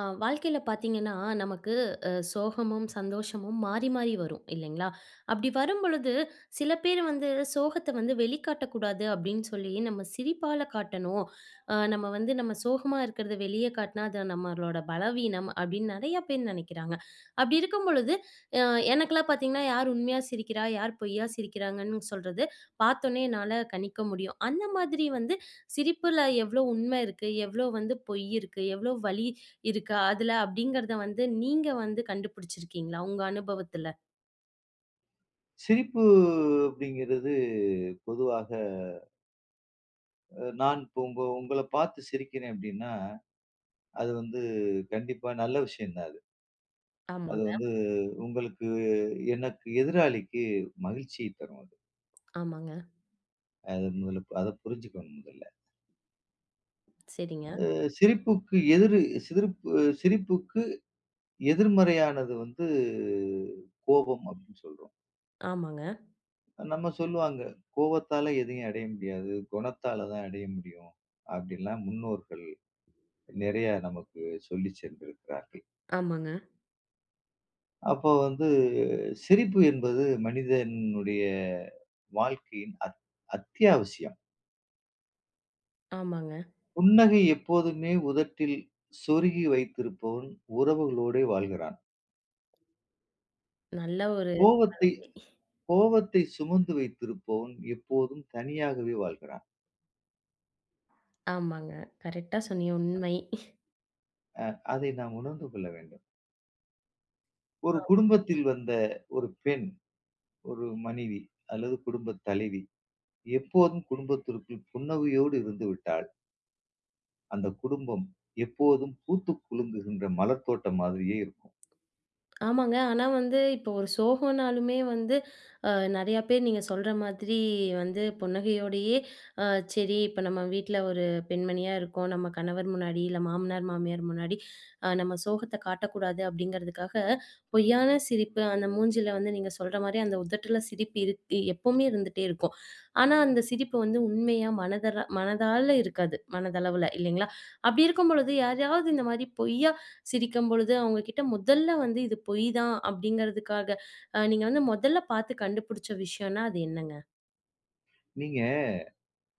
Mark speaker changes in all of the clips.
Speaker 1: ஆ, வாழ்க்கையில பார்த்தீங்கன்னா, நமக்கு சோகமும், சந்தோஷமும் மாறி, மாறி வரும் இல்லைங்களா? அப்படி வரும்பொழுது, சில பேர் வந்து சோகத்த வந்து வெளிக்காட்டக்கூடாது அப்படின்னு சொல்லி, நம்ம சிரிப்பால காட்டணும். நம்ம வந்து நம்ம சோகமா இருக்கிறத வெளிய காட்டினா, அது நம்மளோட பலவீனம் அப்படின்னு நெறைய பேர் நெனைக்கிறாங்க. அப்படி இருக்கும் பொழுது, அ எனக்கெல்லாம் பார்த்தீங்கன்னா, யார் உண்மையா சிரிக்கிறா? யார் பொய்யா சிரிக்கிறாங்கன்னு சொல்றது, பார்த்தோன்னே என்னால கணிக்க முடியும். அந்த மாதிரி வந்து சிரிப்புல எவ்ளோ உண்மை இருக்கு? எவ்ளோ வந்து பொய் இருக்கு? எவ்ளோ வலி இருக்கு அதுல? அப்படிங்கிறத வந்து நீங்க வந்து கண்டுபிடிச்சிருக்கீங்களா? உங்க அனுபவத்துல?
Speaker 2: சிரிப்பு அப்படிங்கிறது பொதுவாக நான் இப்போ உங்கள பார்த்து சிரிக்கிறேன் அப்படின்னா, அது வந்து கண்டிப்பா நல்ல விஷயம் தான் அது. அது
Speaker 1: ஆமாங்க.
Speaker 2: வந்து உங்களுக்கு எனக்கு எதிராளிக்கு மகிழ்ச்சியை தரும் அது.
Speaker 1: ஆமாங்க.
Speaker 2: அது முதல்ல அத புரிஞ்சுக்கணும் முதல்ல.
Speaker 1: சரிங்க.
Speaker 2: சிரிப்புக்கு எதிரு சிரிப்பு சிரிப்புக்கு எதிர்மறையானது வந்து கோபம் அப்படின்னு சொல்றோம்.
Speaker 1: ஆமாங்க.
Speaker 2: நம்ம சொல்லுவாங்க, "கோபத்தால எதையும் அடைய முடியாது. குணத்தால தான் அடைய முடியும்." அப்படின்லாம் முன்னோர்கள் நிறைய நமக்கு சொல்லி சென்றிருக்கிறார்கள்.
Speaker 1: ஆமாங்க.
Speaker 2: அப்போ வந்து சிரிப்பு என்பது மனிதனுடைய வாழ்க்கையின் அத்தியாவசியம்.
Speaker 1: ஆமாங்க.
Speaker 2: புன்னகை எப்போதுமே உதட்டில் சொருகி வைத்திருப்பவன் உறவுகளோடே வாழ்கிறான்.
Speaker 1: நல்ல ஒரு.
Speaker 2: கோவத்தை கோவத்தை சுமந்து வைத்திருப்பவன் எப்போதும் தனியாகவே வாழ்கிறான்.
Speaker 1: ஆமாங்க. கரெக்ட்டா சொன்னீங்க. உண்மை.
Speaker 2: அதை நாம் உணர்ந்து கொள்ள வேண்டும். ஒரு குடும்பத்தில் வந்த ஒரு பெண், ஒரு மனைவி அல்லது குடும்பத் தலைவி எப்போதும் குடும்பத்திற்குள் புன்னகையோடு இருந்து விட்டாள் அந்த குடும்பம் எப்போதும் பூத்து குலுங்குகின்ற மலர் தோட்டம் மாதிரியே இருக்கும்.
Speaker 1: ஆமாங்க. ஆனா வந்து இப்போ ஒரு சோகம்னாலுமே வந்து நெறையா பேர் நீங்க சொல்ற மாதிரி வந்து புன்னகையோடையே, அ சரி இப்ப நம்ம வீட்ல ஒரு பெண்மணியா இருக்கோம். நம்ம கணவர் முன்னாடி, இல்ல மாமனார், மாமியார் முன்னாடி நம்ம சோகத்த காட்டக்கூடாது அப்படிங்கிறதுக்காக, பொய்யான சிரிப்பு அந்த மூஞ்சில வந்து நீங்க சொல்ற மாரி அந்த உதட்டுல சிரிப்பு இருக்கு எப்பவுமே இருந்துட்டே இருக்கும். ஆனா அந்த சிரிப்பு வந்து உண்மையா மனதால இருக்காது. மனதளவுல இல்லைங்களா? அப்படி இருக்கும் பொழுது யாரையாவது இந்த மாரி பொய்யா சிரிக்கும்பொழுது, அவங்க கிட்ட முதல்ல வந்து இது பொய் தான் அப்படிங்கிறதுக்காக, நீங்க வந்து முதல்ல பார்த்து கண்டுபிடிச்ச விஷயம்னா அது என்னங்க?
Speaker 2: நீங்க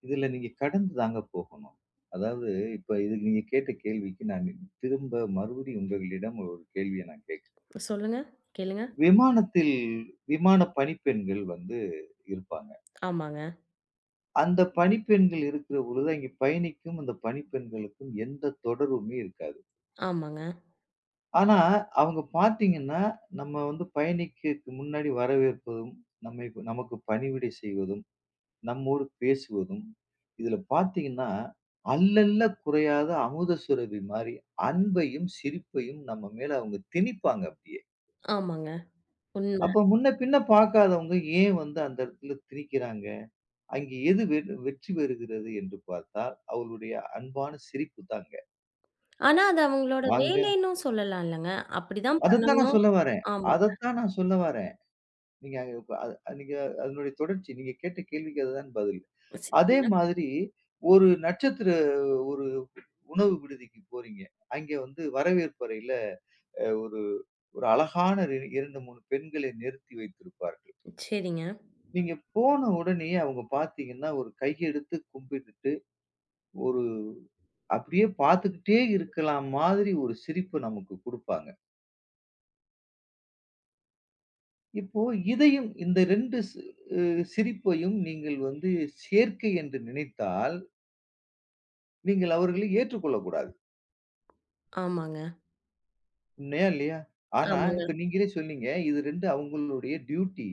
Speaker 2: இதுல நீங்க கடந்து தாங்க போகணும். அதாவது இப்ப இதுக்கு நீங்க கேட்ட கேள்விக்கு நான் திரும்ப மறுபடியும் உங்களிடம் ஒரு கேள்விய நான் கேட்கிறேன்.
Speaker 1: சொல்லுங்க. கேளுங்க.
Speaker 2: விமானத்தில் விமான பணிப்பெண்கள் வந்து இருப்பாங்க.
Speaker 1: ஆமாங்க,
Speaker 2: அந்த பணிப்பெண்கள் இருக்கிற பொழுது அங்க பயணிக்கும் அந்த பணிப்பெண்களுக்கும் எந்த தொடர்புமே இருக்காது.
Speaker 1: ஆமாங்க,
Speaker 2: ஆனா அவங்க பார்த்தீங்கன்னா, நம்ம வந்து பயணிக்கு முன்னாடி வரவேற்பதும், நம்மை நமக்கு பணிவிடை செய்வதும் நம்மோடு பேசுவதும், இதுல பார்த்தீங்கன்னா, குறையாத அமுத சுரபி மாரி அன்பையும், சிரிப்பையும் நம்ம மேல அவங்க திணிப்பாங்க அப்படியே.
Speaker 1: ஆமாங்க. உண்ம.
Speaker 2: அப்ப முன்ன பின்ன பார்க்காதவங்க ஏன் வந்து அந்த இடத்துல திணிக்கிறாங்க? அங்கே எது வெ வெற்றி பெறுகிறது என்று பார்த்தால், அவளுடைய அன்பான சிரிப்பு தாங்க.
Speaker 1: ஆனா அது அவங்களோட
Speaker 2: வாங்க,
Speaker 1: வேலைன்னும் சொல்லலாம் இல்லங்க. அப்படிதான்
Speaker 2: அதத்தான் நான்
Speaker 1: பண்ணணும்.
Speaker 2: சொல்ல வரேன்.
Speaker 1: ஆமா.
Speaker 2: அதத்தான் நான் சொல்ல வரேன். நீங்க இப்ப நீங்க அதனுடைய தொடர்ச்சி. நீங்க கேட்ட கேள்விக்கு அதுதான் பதில். அதே
Speaker 1: சரிங்க,
Speaker 2: மாதிரி ஒரு நட்சத்திர ஒரு உணவு விடுதிக்கு போறீங்க. அங்கே வந்து வரவேற்பறையில ஒரு ஒரு அழகான 2, 3 பெண்களை நிறுத்தி வைத்திருப்பார்கள்.
Speaker 1: சரிங்க.
Speaker 2: நீங்க போன உடனேயே அவங்க பார்த்தீங்கன்னா, ஒரு கையெடுத்து கும்பிட்டுட்டு, ஒரு அப்படியே பார்த்துக்கிட்டே இருக்கலாம் மாதிரி ஒரு சிரிப்பு நமக்கு குடுப்பாங்க. இப்போ இதையும் இந்த 2 சி அ சிரிப்பையும் நீங்கள் வந்து சேர்க்கை என்று நினைத்தால், நீங்கள் அவர்களை ஏற்றுக்கொள்ளக்கூடாது.
Speaker 1: ஆமாங்க,
Speaker 2: உண்மையா? இல்லையா? ஆனா,
Speaker 1: ஆமாங்க.
Speaker 2: இப்ப நீங்களே சொன்னீங்க, இது 2 அவங்களுடைய டியூட்டி.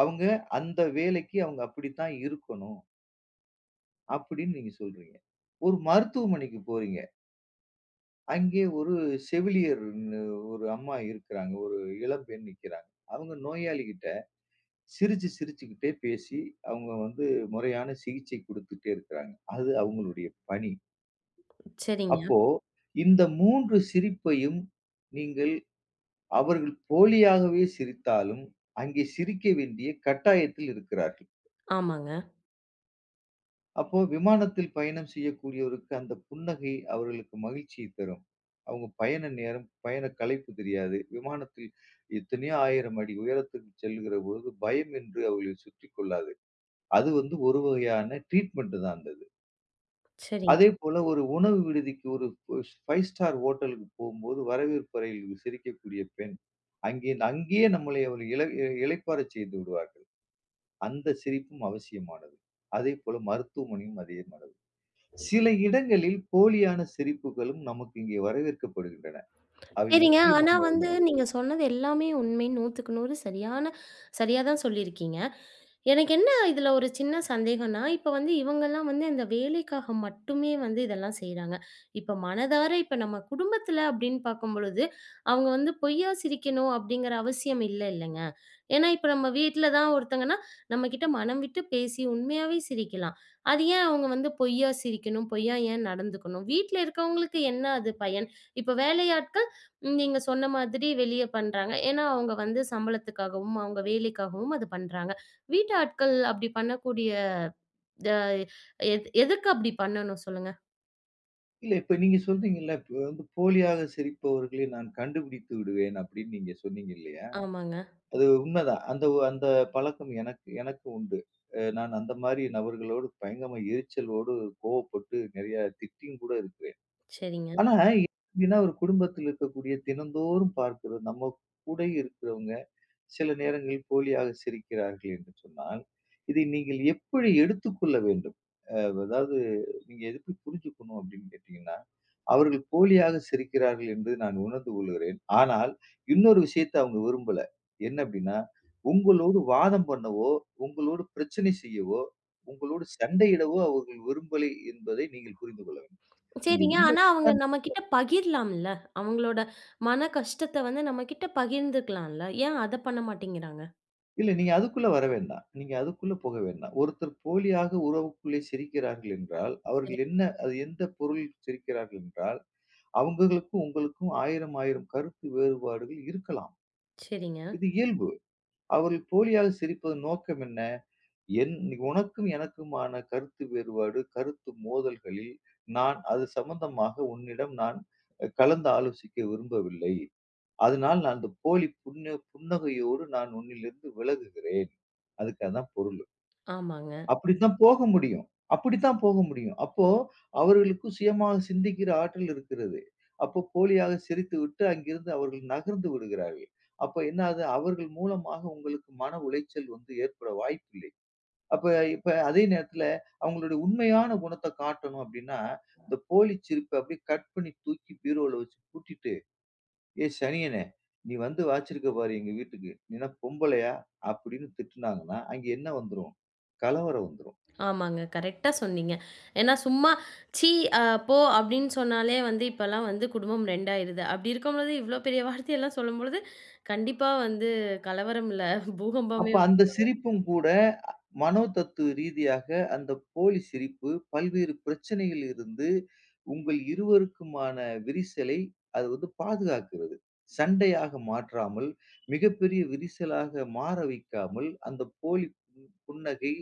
Speaker 2: அவங்க அந்த வேலைக்கு அவங்க அப்படித்தான் இருக்கணும். அப்படின்னு நீங்க சொல்றீங்க. ஒரு மருத்துவமனைக்கு போறீங்க. அங்கே ஒரு செவிலியர்ன்னு ஒரு அம்மா இருக்கிறாங்க. ஒரு இளம்பெண் நிக்கிறாங்க. அவங்க நோயாளிகிட்ட சிரிச்சுக்கிட்டே பேசி அவங்க வந்து முறையான சிகிச்சை குடுத்துட்டே இருக்கிறாங்க. அது அவங்களுடைய பணி.
Speaker 1: சரிங்க,
Speaker 2: அப்போ இந்த 3 சிரிப்பையும் நீங்கள் அவர்கள் போலியாகவே சிரித்தாலும், அங்கே சிரிக்க வேண்டிய கட்டாயத்தில் இருக்கிறார்கள்.
Speaker 1: ஆமாங்க.
Speaker 2: அப்போ விமானத்தில் பயணம் செய்யக்கூடியவருக்கு அந்த புன்னகை அவர்களுக்கு மகிழ்ச்சியை தரும். அவங்க பயண நேரம், பயண களைப்பு தெரியாது. விமானத்தில் எத்தனையோ 1000 அடி உயரத்துக்கு செல்கிற பொழுது பயம் என்று அவர்களை சுற்றிக் கொள்ளாது. அது வந்து ஒரு வகையான ட்ரீட்மெண்ட் தான் அந்தது.
Speaker 1: சரிங்க.
Speaker 2: அதேபோல ஒரு உணவு விடுதிக்கு ஒரு ஸ் 5 ஸ்டார் ஹோட்டலுக்கு போம்போது வரவேற்பு அறையில் சிரிக்கக்கூடிய பெண், அங்கேயே நம்மளை ஒரு இளை இளைப்பாறச் செய்து விடுவார்கள். அந்த சிரிப்பும் அவசியமானது. அதேபோல மருத்துவமனையும் அதே மனது. சில இடங்களில் போலியான சிரிப்புகளும் நமக்கு இங்கே வரவேற்கப்படுகின்றன. அவை
Speaker 1: சரிங்க. ஆனா வந்து
Speaker 2: முக்கியமானதாகும்.
Speaker 1: நீங்க சொன்னது எல்லாமே உண்மை. 100க்கு 100 சரியா தான் சொல்லியிருக்கீங்க. எனக்கு என்ன இதுல ஒரு சின்ன சந்தேகம்னா, இப்ப வந்து இவங்கலாம் வந்து அந்த வேலைக்காக மட்டுமே வந்து இதெல்லாம் செய்றாங்க. இப்ப மனதார இப்ப நம்ம குடும்பத்துல அப்படின்னு பார்க்கும்பொழுது, அவங்க வந்து பொய்யா சிரிக்கணும் அப்படிங்கிற அவசியம் இல்லங்க. ஏன்னா இப்ப நம்ம வீட்ல தான் ஒருத்தங்கன்னா, நம்மகிட்ட மனம் விட்டு பேசி உண்மையாவே சிரிக்கலாம். அது ஏன் அவங்க வந்து பொய்யா சிரிக்கணும்? பொய்யா ஏன் நடந்துக்கணும்? வீட்ல இருக்கவங்களுக்கு என்ன அது பயன்? இப்ப வேலையாட்கள் நீங்க சொன்ன மாதிரி வெளிய பண்றாங்க. ஏன்னா அவங்க வந்து சம்பளத்துக்காகவும், அவங்க வேலைக்காகவும் அது பண்றாங்க. வீட்டு ஆட்கள் அப்படி பண்ணக்கூடிய த எது எதுக்கு அப்படி பண்ணணும் சொல்லுங்க?
Speaker 2: இல்ல இப்ப நீங்க சொல்றீங்கல்ல, இப்ப வந்து போலியாக சிரிப்பவர்களை நான் கண்டுபிடித்து விடுவேன் அப்படின்னு நீங்க சொன்னீங்க இல்லையா?
Speaker 1: ஆமாங்க.
Speaker 2: அது உண்மைதான். அந்த பழக்கம் எனக்கு எனக்கு உண்டு. நான் அந்த மாரி நபர்களோடு பயங்கரமா எரிச்சலோடு கோவப்பட்டு நெறைய திட்டியும் கூட இருக்கிறேன்.
Speaker 1: சரிங்க.
Speaker 2: ஆனா, எப்படின்னா ஒரு குடும்பத்தில் இருக்கக்கூடிய தினந்தோறும் பார்க்கிறது நம்ம கூட இருக்கிறவங்க சில நேரங்களில் போலியாக சிரிக்கிறார்கள் என்று சொன்னால், இதை நீங்கள் எப்படி எடுத்துக்கொள்ள வேண்டும்? அ அதாவது நீங்க எப்படி புரிஞ்சுக்கணும் அப்படின்னு கேட்டீங்கன்னா, அவர்கள் போலியாக சிரிக்கிறார்கள் என்று நான் உணர்ந்து கொள்கிறேன். ஆனால் இன்னொரு விஷயத்தை அவங்க விரும்பல. என்ன அப்படின்னா, உங்களோடு வாதம் பண்ணவோ, உங்களோடு பிரச்சனை செய்யவோ, உங்களோடு சண்டையிடவோ அவர்கள் விரும்பலை என்பதை நீங்கள் புரிந்து கொள்ள வேண்டும். நீங்க
Speaker 1: சரிங்க.
Speaker 2: உள்ள
Speaker 1: ஆனா அவங்க நம்மகிட்ட பகிரலாம்ல. அவங்களோட மன கஷ்டத்த வந்து நம்மகிட்ட பகிர்ந்துக்கலாம்ல. ஏன் அத பண்ண மாட்டேங்கிறாங்க?
Speaker 2: இல்ல நீங்க அதுக்குள்ள வர வேண்டாம். நீங்க அதுக்குள்ள போக வேண்டாம். ஒருத்தர் போலியாக உறவுக்குள்ளே சிரிக்கிறார்கள் என்றால்,
Speaker 1: சரி.
Speaker 2: அவர்கள் என்ன அது எந்த பொருள் சிரிக்கிறார்கள் என்றால், அவங்களுக்கும் உங்களுக்கும் 1000 கருத்து வேறுபாடுகள் இருக்கலாம்.
Speaker 1: சரிங்க.
Speaker 2: இது இயல்பு. அவர்கள் போலியாக சிரிப்பதன் நோக்கம் என்ன? என் உனக்கும் எனக்குமான கருத்து வேறுபாடு, கருத்து மோதல்களில் நான் அது சம்பந்தமாக உன்னிடம் நான் கலந்து ஆலோசிக்க விரும்பவில்லை. அதனால் நான் அந்த போலி புன்னகையோடு நான் உன்னிலிருந்து விலகுகிறேன். அதுக்கு அதான் பொருள்.
Speaker 1: ஆமாங்க.
Speaker 2: அப்படித்தான் போக முடியும் அப்படித்தான் போக முடியும். அப்போ அவர்களுக்கு சுயமாக சிந்திக்கிற ஆற்றல் இருக்கிறது. அப்போ போலியாக சிரித்துவிட்டு அங்கிருந்து அவர்கள் நகர்ந்து விடுகிறார்கள். அப்ப என்ன ஆகுது? அவர்கள் மூலமாக உங்களுக்கு மன உளைச்சல் வந்து ஏற்பட வாய்ப்பில்லை. அப்ப இப்ப அதே நேரத்துல அவங்களுடைய உண்மையான குணத்த காட்டணும் அப்படின்னா, இந்த போலி சிரிப்ப அப்படியே கட் பண்ணி தூக்கி பீரோல வச்சு பூட்டிட்டு, "ஏய் சனியனே! நீ வந்து வாச்சிருக்க பாரு எங்க வீட்டுக்கு. நீ என்ன பொம்பளையா?" அப்படின்னு திட்டுனாங்கன்னா, அங்க என்ன வந்துரும்? கலவரம் வந்துரும்.
Speaker 1: ஆமாங்க. கரெக்ட்டா சொன்னீங்க. ஏன்னா சும்மா "ச்சீ அ போ" அப்படின்னு சொன்னாலே வந்து இப்பலாம் வந்து குடும்பம் 2 ஆயிருது. அப்படி இருக்கும்பொழுது இவ்ளோ பெரிய வார்த்தையெல்லாம் சொல்லும்பொழுது, கண்டிப்பா வந்து கலவரம் இல்ல
Speaker 2: அப்ப
Speaker 1: பூகம்பமே வந்து.
Speaker 2: அந்த சிரிப்பும் கூட மனோதத்துவ ரீதியாக அந்த போலி சிரிப்பு பல்வேறு பிரச்சனையில் இருந்து உங்கள் இருவருக்குமான விரிசலை அது வந்து பாதுகாக்கிறது. சண்டையாக மாற்றாமல், மிகப்பெரிய விரிசலாக மாற வைக்காமல், அந்த போலி புன்னகை,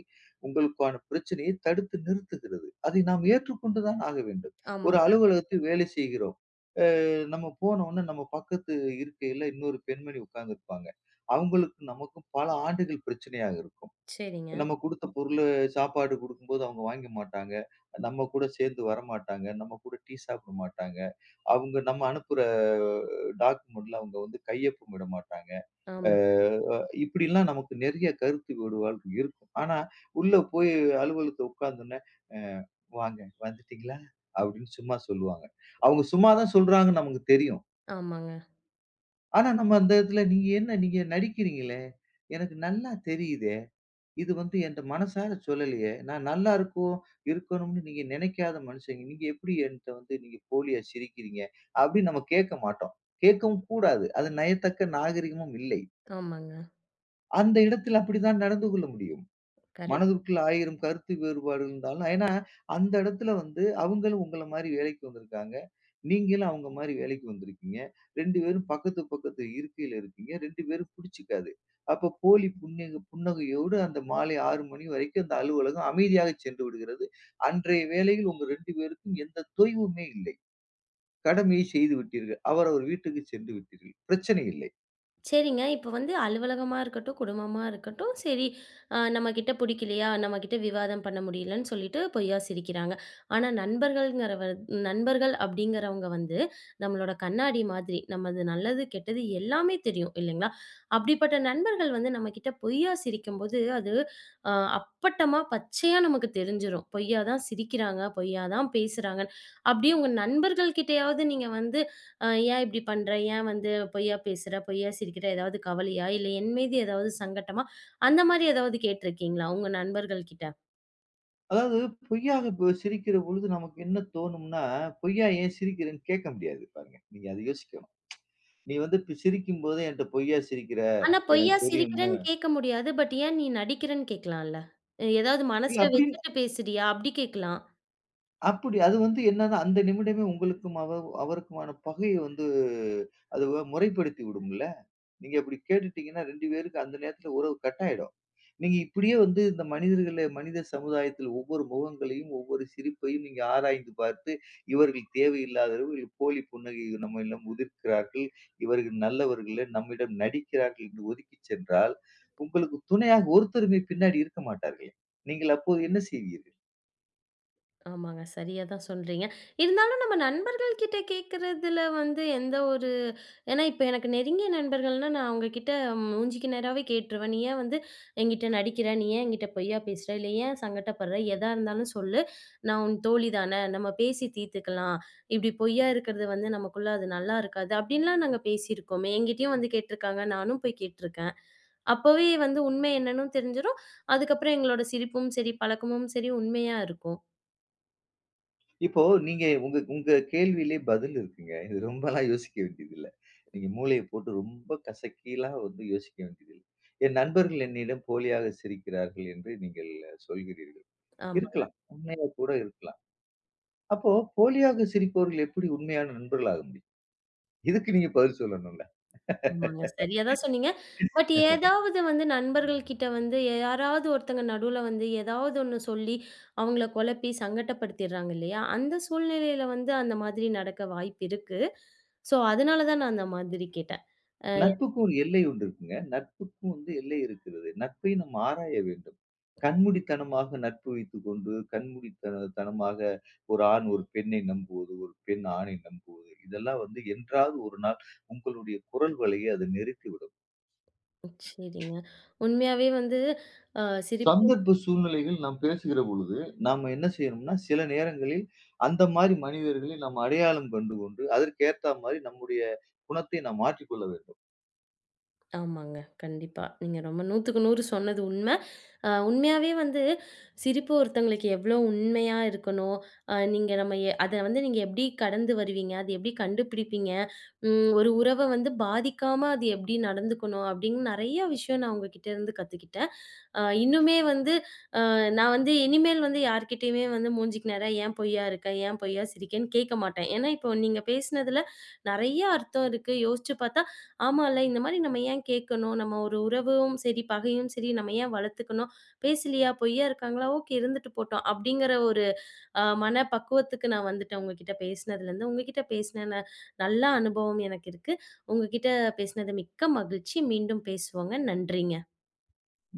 Speaker 2: உங்களுக்கான பிரச்சனையை தடுத்து நிறுத்துகிறது. அதை நாம் ஏற்றுக்கொண்டு தான் ஆக வேண்டும். ஒரு
Speaker 1: ஆமாங்க.
Speaker 2: அலுவலகத்தில் வேலை செய்கிறோம். அ நம்ம போனோனே நம்ம பக்கத்து இருக்கையில இன்னொரு பெண்மணி உட்கார்ந்திருப்பாங்க. அவங்களுக்கு நமக்கும் பல ஆண்டுகள் பிரச்சனையாக இருக்கும்.
Speaker 1: சரிங்க.
Speaker 2: நம்ம குடுத்த பொருள சாப்பாடு குடுக்கும்போது அவங்க வாங்க மாட்டாங்க. நம்ம கூட சேர்ந்து வரமாட்டாங்க. நம்ம கூட டீ சாப்பிட மாட்டாங்க. நம்ம அனுப்புற டாக்குமெண்ட்ல அவங்க வந்து கையொப்பமிட மாட்டாங்க. அ
Speaker 1: ஆமா.
Speaker 2: இப்படிலாம் நமக்கு நெறைய கருத்து வேறுபாடுகள் இருக்கும். ஆனா, உள்ள போய் அலுவலகத்துல உட்கார்ந்தோனே, "அ வாங்க வந்துட்டீங்களா?" அப்படின்னு சும்மா சொல்லுவாங்க. அவங்க சும்மா தான் சொல்றாங்கன்னு நமக்கு தெரியும்.
Speaker 1: ஆமாங்க.
Speaker 2: ஆனா, நம்ம அந்த இடத்துல நீங்க நடிக்கிறீங்களே, எனக்கு நல்லா தெரியுதே. இது வந்து என்ட்ட மனசார சொல்லலையே. நான் நல்லா இருக்கும் இருக்கணும்னு நீங்க நினைக்காத மனுஷங்க. நீங்க எப்படி என்ட்ட வந்து நீங்க போலியா சிரிக்கிறீங்க? அப்படின்னு நம்ம கேட்க மாட்டோம். கேட்கவும் கூடாது. அது நயத்தக்க நாகரிகமும் இல்லை.
Speaker 1: ஆமாங்க.
Speaker 2: அந்த இடத்தில் அப்படித்தான் நடந்து கொள்ள முடியும்.
Speaker 1: கரெக்ட்.
Speaker 2: மனதுக்குள்ள 1000 கருத்து வேறுபாடு இருந்தாலும் ஏன்னா, அந்த இடத்துல வந்து அவங்களும் உங்கள மாரி வேலைக்கு வந்திருக்காங்க. நீங்களும் அவங்க மாரி வேலைக்கு வந்திருக்கீங்க. 2 பேரும் பக்கத்து இருக்கையில இருக்கீங்க. 2 பேரும் பிடிச்சுக்காது. அப்ப போலி புன்னகையோடு அந்த மாலை 6 மணி வரைக்கும் அந்த அலுவலகம் அமைதியாக சென்று விடுகிறது. அன்றைய வேளையில் உங்க 2 பேருக்கும் எந்த தொய்வுமே இல்லை. கடமையை செய்து விட்டீர்கள். அவரவர் வீட்டுக்கு சென்று விட்டீர்கள். பிரச்சனை இல்லை.
Speaker 1: சரிங்க. இப்ப வந்து அலுவலகமா இருக்கட்டும், குடும்பமா இருக்கட்டும், சரி நம்மகிட்ட புடிக்கலையா? நம்மகிட்ட விவாதம் பண்ண முடியலன்னு சொல்லிட்டு பொய்யா சிரிக்கிறாங்க. ஆனா நண்பர்கள் அப்படிங்கிறவங்க வந்து நம்மளோட கண்ணாடி மாதிரி. நமது நல்லது, கெட்டது எல்லாமே தெரியும் இல்லைங்களா? அப்படிப்பட்ட நண்பர்கள் வந்து நம்மகிட்ட பொய்யா சிரிக்கும்போது, அது அ அப்பட்டமா, பச்சையா நமக்கு தெரிஞ்சிரும். பொய்யா தான் சிரிக்கிறாங்க, பொய்யா தான் பேசுறாங்கன்னு. அப்படியே உங்க நண்பர்கள் கிட்டயாவது நீங்க வந்து அ ஏன் இப்படி பண்ற? ஏன் வந்து பொய்யா பேசுற? பொய்யா சிரிக்கிற? ஏதாவது கவலையா? இல்ல என் மீது ஏதாவது சங்கட்டமா? அந்த மாரி ஏதாவது கேட்டிருக்கீங்களா உங்க நண்பர்கள் கிட்ட?
Speaker 2: அதாவது பொய்யாக இப்ப சிரிக்கிற பொழுது நமக்கு என்ன தோணும்னா, பொய்யா ஏன் சிரிக்கிறேன்னு கேட்க முடியாது பாருங்க. நீங்க அத யோசிக்கணும். நீ வந்து இப்ப சிரிக்கும்போது என்ட்ட பொய்யா சிரிக்கிற,
Speaker 1: ஆனா
Speaker 2: எனக்கு
Speaker 1: பொய்யா
Speaker 2: தெரியுமே.
Speaker 1: சிரிக்கிறேன்னு கேட்க முடியாது. பட் ஏன் நீ நடிக்கிறன்னு கேட்கலாம்ல. ஏதாவது
Speaker 2: இல்ல
Speaker 1: மனசுல
Speaker 2: அப்படி
Speaker 1: வச்சுட்டு பேசுறியா? அப்படி கேட்கலாம்.
Speaker 2: அப்படி அது வந்து என்னன்னா, அந்த நிமிடமே உங்களுக்கும் அவருக்குமான பகைய வந்து அது வ முறைப்படுத்தி விடும்ல. நீங்க அப்படி கேட்டுட்டீங்கன்னா 2 பேருக்கும் அந்த நேரத்துல உறவு கட் ஆயிடும். நீங்க இப்படியே வந்து இந்த மனிதர்கள மனித சமுதாயத்தில் ஒவ்வொரு முகங்களையும், ஒவ்வொரு சிரிப்பையும் நீங்க ஆராய்ந்து பார்த்து, இவர்கள் தேவையில்லாதவர்கள் போலி புன்னகை நம்மிடம் உதிர்க்கிறார்கள். இவர்கள் நல்லவர்கள் நம்மிடம் நடிக்கிறார்கள் என்று ஒதுக்கி சென்றால், உங்களுக்கு துணையாக ஒருத்தருமே பின்னாடி இருக்க மாட்டார்களே. நீங்கள் அப்போது என்ன செய்வீர்கள்?
Speaker 1: ஆமாங்க. சரியா தான் சொல்றீங்க. இருந்தாலும் நம்ம நண்பர்கள் கிட்ட கேட்கறதுல வந்து எந்த ஒரு ஏன்னா இப்ப எனக்கு நெருங்கிய நண்பர்கள்னா, நான் அவங்ககிட்ட மூஞ்சிக்கு நேராவே கேட்டுருவேன். "நீ ஏன் வந்து என்கிட்ட நடிக்கிற? நீ ஏன் என்கிட்ட பொய்யா பேசுற? இல்ல ஏன் சங்கட்டப்படுற? எதா இருந்தாலும் சொல்லு. நான் உன் தோழி தானே! நம்ம பேசி தீர்த்துக்கலாம். இப்படி பொய்யா இருக்கிறது வந்து நமக்குள்ள அது நல்லா இருக்காது." அப்படின்லாம் நாங்க பேசியிருக்கோமே! என்கிட்டயும் வந்து கேட்டுருக்காங்க. நானும் போய் கேட்டுருக்கேன். அப்பவே வந்து உண்மை என்னன்னு தெரிஞ்சிரும். அதுக்கப்புறம் எங்களோட சிரிப்பும் சரி, பழக்கமும் சரி உண்மையா இருக்கும்.
Speaker 2: இப்போ நீங்க உங்க உங்க கேள்வியிலே பதில் இருக்குங்க. இது ரொம்பலாம் யோசிக்க வேண்டியதில்ல. நீங்க மூளைய போட்டு ரொம்ப கசக்கிலாம் வந்து யோசிக்க வேண்டியதில்ல. என் நண்பர்கள் என்னிடம் போலியாக சிரிக்கிறார்கள் என்று நீங்கள் சொல்கிறீர்கள்.
Speaker 1: ஆமா.
Speaker 2: இருக்கலாம். உண்மையா கூட இருக்கலாம். அப்போ போலியாக சிரிப்பவர்கள் எப்படி உண்மையான நண்பர்கள் ஆக முடியும்? இதுக்கு நீங்க பதில் சொல்லணும்ல.
Speaker 1: ஆமாங்க. சரியா தான் சொன்னீங்க. பட் ஏதாவது வந்து நண்பர்கள் கிட்ட வந்து யாராவது ஒருத்தங்க நடுவுல வந்து ஏதாவது ஒண்ணு சொல்லி, அவங்கள குழப்பி சங்கட்டப்படுத்திடுறாங்க இல்லையா? அந்த சூழ்நிலையில வந்து அந்த மாதிரி நடக்க வாய்ப்பு இருக்கு. ஸோ, அதனால தான் நான் அந்த மாதிரி கேட்டேன். அ
Speaker 2: நட்புக்கும் ஒரு எல்லை ஒன்று இருக்குங்க. நட்புக்கும் வந்து எல்லை இருக்கிறது. நட்பை நாம் ஆராய வேண்டும். கண்மூடித்தனமாக நட்பு வைத்துக்கொண்டு, தனமாக ஒரு ஆண் ஒரு பெண்ணை நம்புவது, ஒரு பெண் ஆணை நம்புவது, இதெல்லாம் வந்து என்றாவது ஒரு நாள் உங்களுடைய குரல் வலையை அது நெருக்கிவிடும்.
Speaker 1: சரிங்க. உண்மையாவே வந்து அ சிரிப்பு.
Speaker 2: சந்தர்ப்ப சூழ்நிலைகள் நாம் பேசுகிற பொழுது, நாம என்ன செய்யணும்னா, சில நேரங்களில் அந்த மாரி மனிதர்களை நாம் அடையாளம் கண்டு கொண்டு, அதற்கு ஏத்தா மாரி நம்முடைய குணத்தை நாம் மாற்றிக்கொள்ள வேண்டும்.
Speaker 1: ஆமாங்க. கண்டிப்பா. நீங்க ரொம்ப 100க்கு 100 சொன்னது உண்ம. உண்மையாவே வந்து சிரிப்பு ஒருத்தங்களுக்கு எவ்ளோ உண்மையா இருக்கணும். நீங்க நம்ம அத வந்து நீங்க எப்டி கடந்து வருவீங்க? அது எப்டி கண்டுபிடிப்பீங்க? ஒரு உறவ வந்து பாதிக்காம அது எப்டி நடந்துக்கணும்? அப்டின்னு நெறைய விஷயம் நான் உங்ககிட்ட இருந்து கத்துக்கிட்டேன். இன்னுமே வந்து நான் வந்து இனிமேல் வந்து யார்கிட்டயுமே வந்து மூஞ்சிக்கு நேரா "ஏன் பொய்யா இருக்க? ஏன் பொய்யா சிரிக்கன்னு?" கேட்க மாட்டேன். ஏன்னா, இப்போ நீங்க பேசினதுல நெறைய அர்த்தம் இருக்கு. யோசிச்சு பார்த்தா, ஆமால்ல இந்த மாரி நம்ம ஏன் கேட்கணும்? நம்ம ஒரு உறவும் சரி, பகையும் சரி நம்ம ஏன் வளர்த்துக்கணும்? பேசலையா? பொய்யா இருக்காங்களா? ஓகே இருந்துட்டு போட்டோம். அப்படிங்கிற ஒரு மன பக்குவத்துக்கு நான் வந்துட்டேன் உங்ககிட்ட பேசினதுலேருந்து. உங்ககிட்ட பேசின நல்ல அனுபவம் எனக்கு இருக்கு. உங்ககிட்ட பேசினது மிக்க மகிழ்ச்சி. மீண்டும் பேசுவோங்க. நன்றிங்க.
Speaker 2: நன்றி.